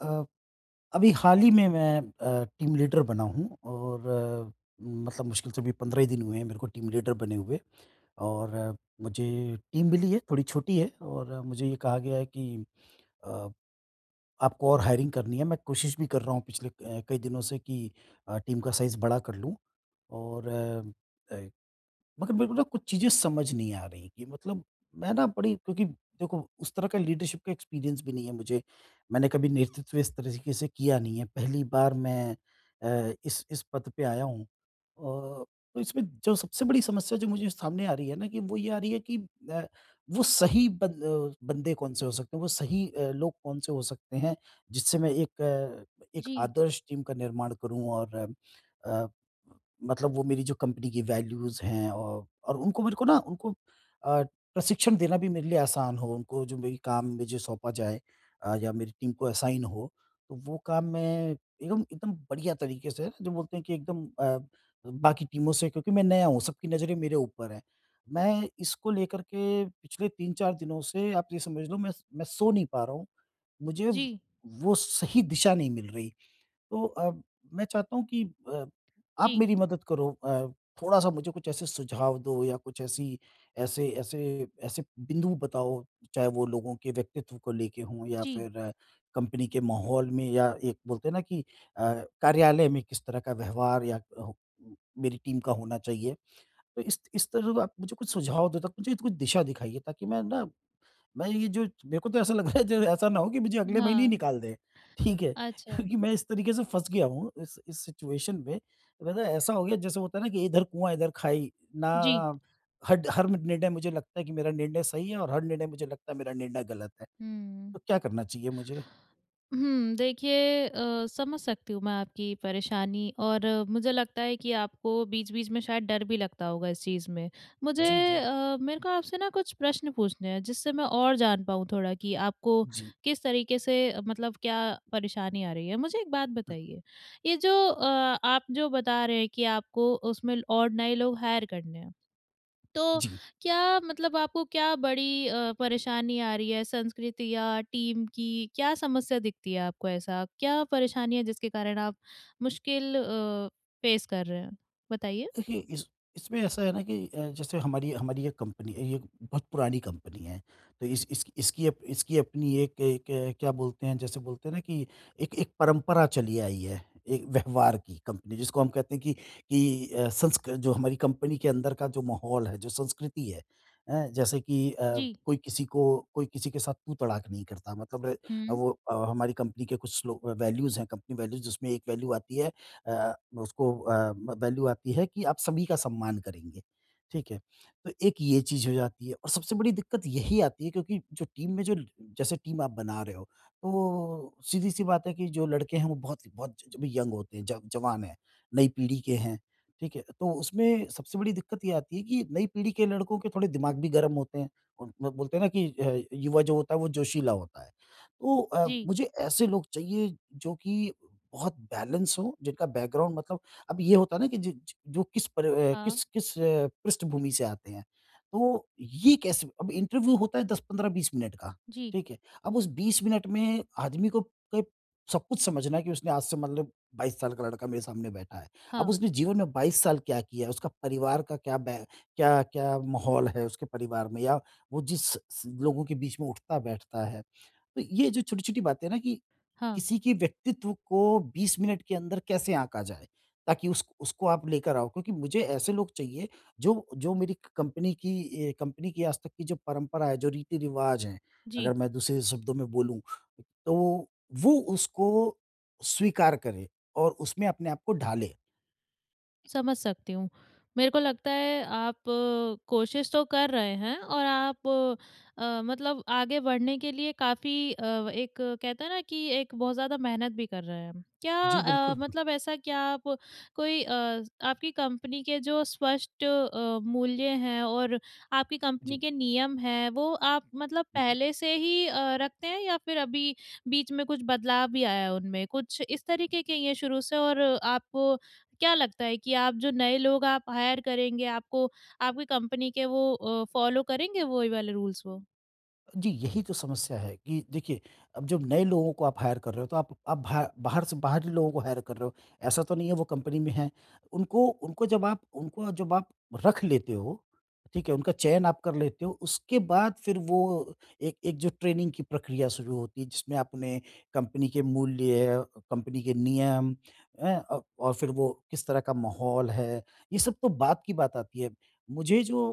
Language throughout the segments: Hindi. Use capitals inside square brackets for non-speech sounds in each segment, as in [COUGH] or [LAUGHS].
अ, अभी हाल ही में मैं टीम लीडर बना हूँ और मतलब मुश्किल से अभी 15 ही दिन हुए हैं मेरे को टीम लीडर बने हुए और मुझे टीम मिली है, थोड़ी छोटी है और मुझे ये कहा गया है कि अ, आपको और हायरिंग करनी है। मैं कोशिश भी कर रहा हूँ पिछले कई दिनों से कि टीम का साइज़ बड़ा कर लूँ और मगर मेरे को ना कुछ चीज़ें समझ नहीं आ रही कि मतलब मैं ना बड़ी क्योंकि देखो उस तरह का लीडरशिप का एक्सपीरियंस भी नहीं है मुझे। मैंने कभी नेतृत्व इस तरीके से किया नहीं है। पहली बार मैं इस पद पे आया हूँ। तो इसमें जो सबसे बड़ी समस्या जो मुझे सामने आ रही है ना कि वो ये आ रही है कि अ, वो सही बन अ, बंदे कौन-से हो सकते हैं, वो सही लोग कौन-से हो सकते हैं जिससे मैं एक एक जी, आदर्श टीम का निर्माण करूँ और अ अ, मतलब वो मेरी जो कंपनी की वैल्यूज़ हैं और उनको मेरे को ना उनको अ, प्रशिक्षण देना भी मेरे लिए आसान हो, उनको जो मेरी काम मुझे सौंपा जाए या मेरी टीम को असाइन हो, तो वो काम मैं एकदम एकदम बढ़िया तरीके से जो बोलते हैं कि एकदम बाकी टीमों से क्योंकि मैं नया हूँ, सबकी नज़रें मेरे ऊपर हैं। मैं इसको लेकर के पिछले 3-4 दिनों से आप ये समझ लो मैं सो नहीं पा रहा हूँ। मुझे जी, वो सही दिशा नहीं मिल रही। तो मैं चाहता हूँ कि आप जी, मेरी मदद करो थोड़ा-सा मुझे कुछ ऐसे सुझाव दो या कुछ ऐसी ऐसे ऐसे ऐसे बिंदु बताओ, चाहे वो लोगों के व्यक्तित्व को लेके हों या जी। फिर कंपनी के माहौल में या एक बोलते हैं ना कि अ, कार्यालय में किस तरह का व्यवहार या हो मेरी टीम का होना चाहिए। तो इस तरह आप मुझे कुछ सुझाव दो, तब मुझे कुछ दिशा दिखाइए ताकि मैं ना मैं ये जो मेरे को तो ऐसा लग रहा है जो ऐसा ना हो कि मुझे अगले महीने ही हाँ, निकाल दें, ठीक है? [LAUGHS] अच्छा। क्योंकि मैं इस तरीके से फँस गया हूँ इस सिचुएशन में। मतलब ऐसा हो गया जैसे होता है ना कि इधर कुआँ इधर खाई जी। ना हड हर निर्णय मुझे लगता है कि मेरा निर्णय सही है और हर निर्णय मुझे लगता है मेरा निर्णय गलत है। हुँ। तो क्या करना चाहिए मुझे? देखिए, समझ सकती हूँ मैं आपकी परेशानी। और मुझे लगता है कि आपको बीच-बीच में शायद डर भी लगता होगा इस चीज़ में। मुझे जी, जी। मेरे को आपसे ना कुछ प्रश्न पूछने हैं जिससे मैं और जान पाऊँ थोड़ा कि आपको जी, किस तरीके से, मतलब क्या परेशानी आ रही है। मुझे एक बात बिल्कुल। बताइए, ये जो अ, आप जो बता रहे हैं कि आपको उसमें और नए लोग हायर करने हैं। तो जी। क्या मतलब आपको क्या बड़ी परेशानी आ रही है संस्कृति या टीम की? क्या समस्या दिखती है आपको? ऐसा क्या परेशानी है जिसके कारण आप मुश्किल फेस कर रहे हैं? बताइए। देखिए इस इसमें ऐसा है ना कि जैसे हमारी हमारी ये कंपनी ये बहुत पुरानी कंपनी है तो इस इसकी अपनी एक, एक क्या बोलते हैं जैसे बोलते हैं ना कि एक एक परंपरा चली आई है एक व्यवहार की कंपनी जिसको हम कहते हैं कि संस्कृ जो हमारी कंपनी के अंदर का जो माहौल है जो संस्कृति है जैसे कि जी। कोई किसी को कोई किसी के साथ तू तड़ाक नहीं करता मतलब हुँ। वो हमारी कंपनी के कुछ वैल्यूज हैं कंपनी वैल्यूज जिसमें एक वैल्यू आती है अ, उसको अ, वैल्यू आती है कि आप सभी का सम्मान करेंगे, ठीक है? तो एक ये चीज़ हो जाती है और सबसे बड़ी दिक्कत यही आती है क्योंकि जो टीम में जो जैसे टीम आप बना रहे हो, तो सीधी-सी बात है कि जो लड़के हैं वो बहुत बहुत ज यंग होते हैं, ज जवान हैं, नई पीढ़ी के हैं, ठीक है? तो उसमें सबसे बड़ी दिक्कत ये आती है कि नई पीढ़ी के लड़कों के थोड़े दिमाग भी गर्म होते हैं और ब बोलते हैं ना कि युवा जो होता है वो जोशीला होता है। तो जी। मुझे ऐसे लोग चाहिए जो कि बहुत बैलेंस हो, जिनका बैकग्राउंड मतलब अब ये होता है ना कि जि ज जो किस पर हाँ। किस किस पृष्ठभूमि से आते हैं। तो ये कैसे अब इंटरव्यू होता है 10-15-20 मिनट का, जी। ठीक है? अब उस 20 मिनट में आदमी को के सब कुछ समझना है कि उसने आज से मतलब 22 साल का लड़का मेरे सामने बैठा है। अब हाँ, उसने जीवन में 22 साल क्या किया है? उसका परिवार का क्या क्या माहौल है उसके परिवार में या वो जिस स लोगों के बीच में उठता-बैठता है। तो ये जो छोटी-छोटी बातें हैं ना कि हाँ। किसी के व्यक्तित्व को 20 मिनट के अंदर कैसे आँका जाए, ताकि उस उसको आप लेकर आओ। क्योंकि मुझे ऐसे लोग चाहिए जो जो मेरी क कंपनी की कंपनी की आज तक की जो परंपरा है, जो रीति-रिवाज़ हैं, जी। अगर मैं दूसरे शब्दों में बोलूँ, तो वो उसको स्वीकार करे और उसमें अपने आप को ढाले। समझ सकती हूँ। मेरे को लगता है आप कोशिश तो कर रहे हैं और आप मतलब आगे बढ़ने के लिए काफ़ी एक, कहते हैं ना, कि एक बहुत ज़्यादा मेहनत भी कर रहे हैं। क्या जी, बिल्कुल। मतलब ऐसा क्या आप कोई अ, आपकी कंपनी के जो स्पष्ट मूल्य हैं और आपकी जी। कंपनी के नियम हैं, वो आप मतलब पहले से ही रखते हैं या फिर अभी बीच में कुछ बदलाव भी आया है उनमें? कुछ इस तरीके के ही हैं शुरू से? और आप क्या लगता है कि आप जो नए लोग आप हायर करेंगे, आपको आपकी कंपनी के वो फॉलो करेंगे वो ही वाले रूल्स वो? जी, यही तो समस्या है कि देखिए, अब जब नए लोगों को आप हायर कर रहे हो, तो आप भा बाहर से बाहरी लोगों को हायर कर रहे हो। ऐसा तो नहीं है वो कंपनी में हैं। उनको उनको जब आप रख लेते हो, ठीक है? उनका चयन आप कर लेते हो, उसके बाद फिर वो एक एक जो ट्रेनिंग की प्रक्रिया शुरू होती है, जिसमें आप उन्हें कंपनी के मूल्य, कंपनी के नियम हैं? और फिर वो किस तरह का माहौल है, ये सब तो बात की बात आती है। मुझे जो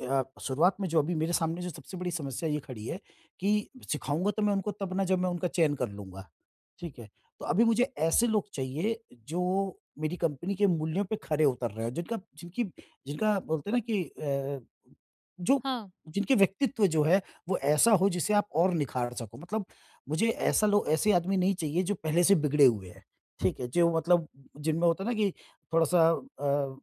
शुरुआत में जो अभी मेरे सामने जो सबसे बड़ी समस्या ये खड़ी है कि सिखाऊँगा तो मैं उनको तब ना जब मैं उनका चयन कर लूँगा। ठीक है। तो अभी मुझे ऐसे लोग चाहिए जो मेरी कंपनी के मूल्यों पे खरे उतर रहे हों, जिनका बोलते हैं ना कि जो हाँ। जिनके व्यक्तित्व जो है वो ऐसा हो जिसे आप और निखार सको। मतलब मुझे ऐसा लो ऐसे आदमी नहीं चाहिए जो पहले से बिगड़े हुए हैं, ठीक है? जो मतलब जिनमें होता है ना कि थोड़ा-सा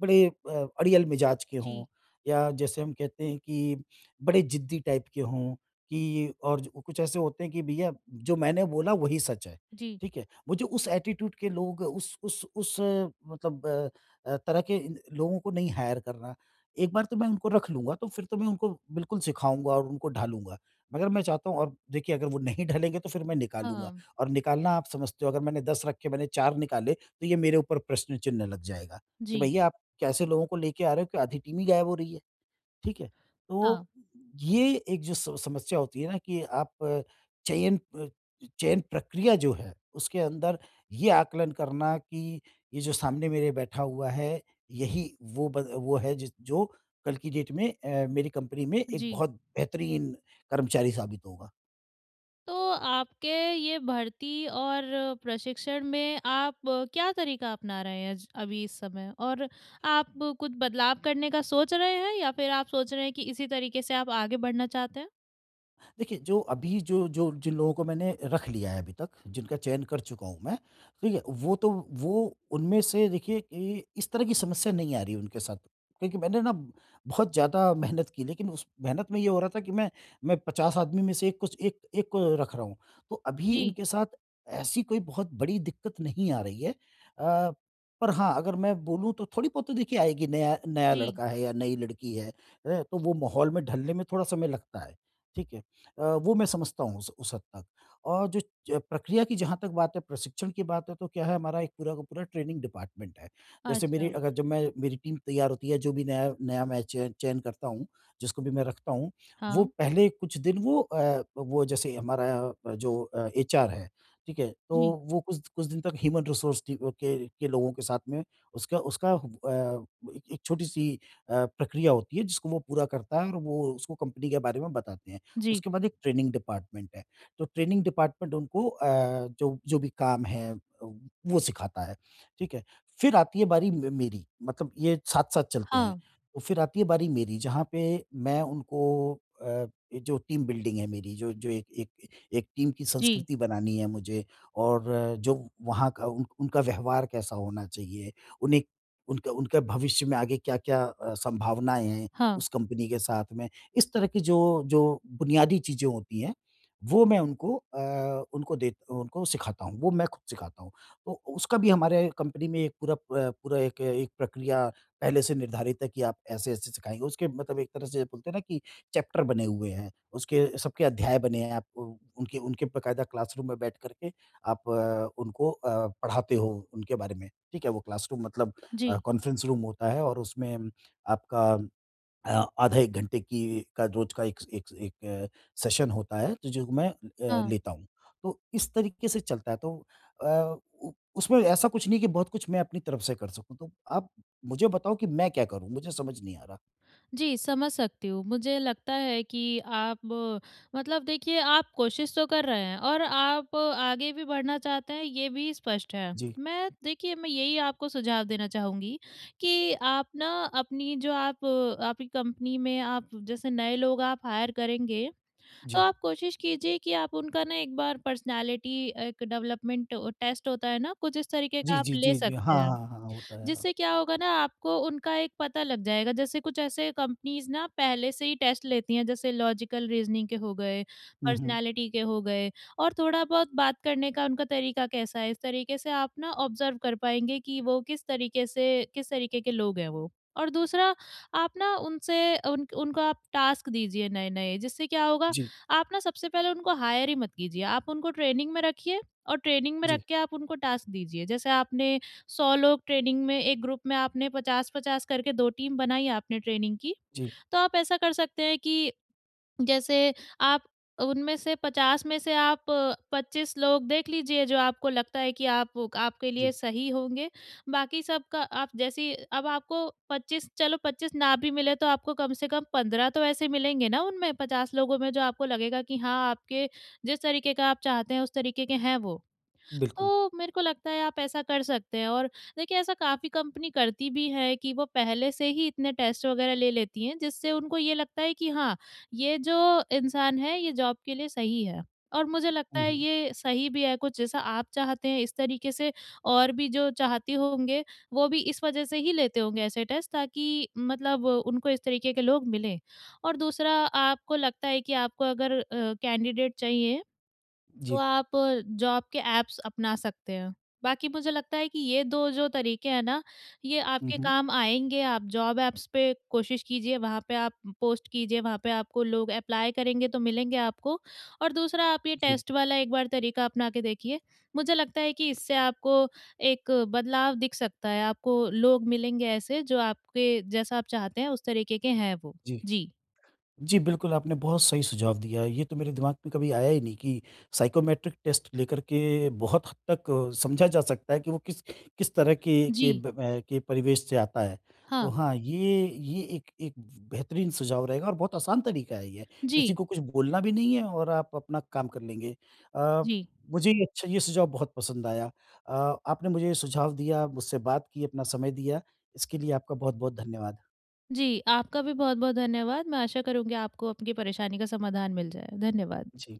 बड़े अड़ियल मिजाज के हों जी, या जैसे हम कहते हैं कि बड़े ज़िद्दी टाइप के हों। कि और जो कुछ ऐसे होते हैं कि भैया जो मैंने बोला वही सच है, जी। ठीक है? मुझे उस एटीट्यूड के लोग उस अ, मतलब अ अ, तरह के इन लोगों को नहीं हायर करना। एक बार तो मैं उनको रख लूँगा तो फिर तो मैं उनको बिल्कुल सिखाऊँगा और उनको ढालूँगा। मगर मैं चाहता हूँ और देखिए अगर वो नहीं ढलेंगे तो फिर मैं निकालूँगा हाँ, और निकालना आप समझते हो अगर मैंने 10 रखे मैंने 4 निकाले तो ये मेरे ऊपर प्रश्न चिन्ह लग जाएगा कि जी, भैया आप कैसे लोगों को लेके आ रहे हो कि आधी टीम ही गायब हो रही है। ठीक है? हाँ, तो ये एक जो स समस्या होती है ना कि आप चयन अ, चयन प्रक्रिया जो है, उसके अंदर ये आकलन करना कि ये जो सामने मेरे बैठा हुआ है, यही वो ब वो है जिस जो कल की डेट में मेरी कंपनी में एक जी। बहुत बेहतरीन कर्मचारी साबित होगा। तो आपके ये भर्ती और प्रशिक्षण में आप क्या तरीका अपना रहे हैं ज अभी इस समय? और आप कुछ बदलाव करने का सोच रहे हैं या फिर आप सोच रहे हैं कि इसी तरीके से आप आगे बढ़ना चाहते हैं? देखिए, जो अभी जो जो जिन लोगों को मैंने रख लिया है अभी तक, जिनका चयन कर चुका हूँ मैं, ठीक है? वो तो वो उनमें से देखिए कि इस तरह की समस्या नहीं आ रही है उनके साथ। क्योंकि मैंने ना बहुत ज़्यादा मेहनत की, लेकिन उस मेहनत में ये हो रहा था कि मैं 50 आदमी में से एक कुछ एक एक को रख रहा हूँ। तो अभी जी, इनके साथ ऐसी कोई बहुत बड़ी दिक्कत नहीं आ रही है। पर हाँ, अगर मैं बोलूँ तो थोड़ी-बहुत तो देखिए आएगी, नया नया जी, लड़का है या नई लड़की है, हैं? तो वो माहौल में ढलने में थोड़ा समय लगता है। ठीक है? वो मैं समझता हूँ उस हद तक। और जो च प्रक्रिया की जहाँ तक बात है, प्रशिक्षण की बात है, तो क्या है हमारा एक पूरा का पूरा ट्रेनिंग डिपार्टमेंट है। जैसे मेरी अच्छा, अगर जब मैं मेरी टीम तैयार होती है, जो भी नया नया मैं चयन चयन करता हूँ, जिसको भी मैं रखता हूँ, हाँ, वो पहले कुछ दिन वो जैसे हमारा जो एचआर है, ठीक है? तो जी। वो कुछ कुछ दिन तक ह्यूमन रिसोर्स टी के लोगों के साथ में उसका उसका एक एक छोटी-सी प्रक्रिया होती है, जिसको वो पूरा करता है और वो उसको कंपनी के बारे में बताते हैं। हुँ, जी, उसके बाद एक ट्रेनिंग डिपार्टमेंट है। तो ट्रेनिंग डिपार्टमेंट उनको जो जो भी काम है वो सिखाता है, ठीक है? फिर आती है बारी मे मेरी मतलब ये साथ-साथ चलते हैं। हाँ, तो फिर आती है बारी मेरी जहाँ पे मैं उनको अ, ये जो टीम बिल्डिंग है मेरी जो जो एक एक एक टीम की जी, संस्कृति बनानी है मुझे और जो वहाँ का उन उनका व्यवहार कैसा होना चाहिए, उन्हें उनका उनका भविष्य में आगे क्या-क्या संभावनाएँ हैं हाँ, उस कंपनी के साथ में इस तरह की जो जो बुनियादी चीज़ें होती हैं, वो मैं उनको उनको दे उनको सिखाता हूँ, वो मैं खुद सिखाता हूँ। तो उसका भी हमारे कंपनी में एक पूरा पूरा एक एक प्रक्रिया पहले से निर्धारित है कि आप ऐसे-ऐसे सिखाएँगे। उसके मतलब एक तरह से बोलते हैं ना कि चैप्टर बने हुए हैं, उसके सबके अध्याय बने हैं, आप उ उनके उनके बाकायदा क्लासरूम में बैठ कर के आप उनको पढ़ाते हो उनके बारे में, ठीक है? वो क्लासरूम मतलब जी। कॉन्फ्रेंस रूम होता है और उसमें आपका अ, आधा 1 घंटे की का रोज़ का एक एक एक अ, सेशन होता है, तो जो मैं हाँ, लेता हूँ। तो इस तरीके से चलता है, तो उ उसमें ऐसा कुछ नहीं है कि बहुत कुछ मैं अपनी तरफ से कर सकूँ, तो आप मुझे बताओ कि मैं क्या करूँ? मुझे समझ नहीं आ रहा। जी। समझ सकती हूँ। मुझे लगता है कि आप मतलब देखिए आप कोशिश तो कर रहे हैं और आप आगे भी बढ़ना चाहते हैं, ये भी स्पष्ट है। जी, मैं देखिए, मैं यही आपको सुझाव देना चाहूँगी कि आप ना अपनी आपकी कंपनी में आप जैसे नए लोग आप हायर करेंगे, तो जी। आप कोशिश कीजिए कि आप उनका ना एक बार पर्सनैलिटी, एक डेवलपमेंट टेस्ट होता है ना, कुछ इस तरीके जी, का आप जी, ले जी, जी। हाँ, सकते हैं। हाँ, हाँ, हाँ, होता है, हाँ। जिससे क्या होगा ना, आपको उनका एक पता लग जाएगा। जैसे कुछ ऐसे कंपनीज़ ना पहले से ही टेस्ट लेती हैं, जैसे लॉजिकल रीज़निंग के हो गए, हुँ, हुँ। पर्सनैलिटी के हो गए, और थोड़ा-बहुत बात करने का उनका तरीका कैसा है। इस तरीके से आप ना ऑब्ज़र्व कर पाएँगे कि वो किस तरीके से, किस तरीके के लोग हैं वो। और दूसरा, आप ना उनसे उन उनको आप टास्क दीजिए नए-नए, जिससे क्या होगा, जी, आप ना सबसे पहले उनको हायर ही मत कीजिए। आप उनको ट्रेनिंग में रखिए और ट्रेनिंग में रख जी, के आप उनको टास्क दीजिए। जैसे आपने 100 लोग ट्रेनिंग में एक ग्रुप में, आपने 50-50 करके 2 टीम बनाई, आपने ट्रेनिंग की। जी, तो आप ऐसा कर सकते हैं कि जैसे आप उनमें से 50 में से आप 25 लोग देख लीजिए जो आपको लगता है कि आप आपके लिए जी। सही होंगे। बाकी सबका आप जैसी, अब आपको 25, चलो 25 ना भी मिले तो आपको कम से कम 15 तो ऐसे मिलेंगे ना उनमें, 50 लोगों में, जो आपको लगेगा कि हाँ, आपके जिस तरीके का आप चाहते हैं उस तरीके के हैं वो। बिल्कुल। तो मेरे को लगता है आप ऐसा कर सकते हैं। और देखिए ऐसा काफ़ी कंपनी करती भी है कि वो पहले से ही इतने टेस्ट वगैरह ले लेती हैं, जिससे उनको ये लगता है कि हाँ, ये जो इंसान है ये जॉब के लिए सही है। और मुझे लगता हुँ, है हुँ। ये सही भी है, कुछ जैसा आप चाहते हैं इस तरीके से, और भी जो चाहती होंगे वो भी इस वजह से ही लेते होंगे ऐसे टेस्ट, ताकि मतलब उनको इस तरीके के लोग मिलें। और दूसरा, आपको लगता है कि आपको अगर कैंडिडेट चाहिए, तो जी। आप जॉब के ऐप्स अपना सकते हैं। बाकी मुझे लगता है कि ये 2 जो तरीके हैं ना, ये हुँ, आपके हुँ। काम आएँगे। आप जॉब ऐप्स पे कोशिश कीजिए, वहाँ पे आप पोस्ट कीजिए, वहाँ पे आपको लोग अप्लाई करेंगे तो मिलेंगे आपको। और दूसरा, आप ये जी, टेस्ट वाला एक बार तरीका अपना के देखिए। मुझे लगता है कि इससे आपको एक बदलाव दिख सकता है। आपको लोग मिलेंगे ऐसे जो आपके, जैसा आप चाहते हैं उस तरीके के हैं वो। जी। जी। जी, बिल्कुल, आपने बहुत सही सुझाव दिया है। ये तो मेरे दिमाग में कभी आया ही नहीं कि साइकोमेट्रिक टेस्ट लेकर के बहुत हद तक समझा जा सकता है कि वो किस किस तरह के के जी। ब अ, के परिवेश से आता है। तो हाँ। हाँ, ये एक एक बेहतरीन सुझाव रहेगा और बहुत आसान तरीका है ये। किसी जी, को कुछ बोलना भी नहीं है और आप अपना काम कर लेंगे। अ, जी। मुझे ये सुझाव बहुत पसंद आया। अ, आपने मुझे ये सुझाव दिया, मुझसे बात की, अपना समय दिया, इसके लिए आपका बहुत-बहुत धन्यवाद। जी, आपका भी बहुत-बहुत धन्यवाद। मैं आशा करूँगी आपको आपकी परेशानी का समाधान मिल जाए। धन्यवाद। जी।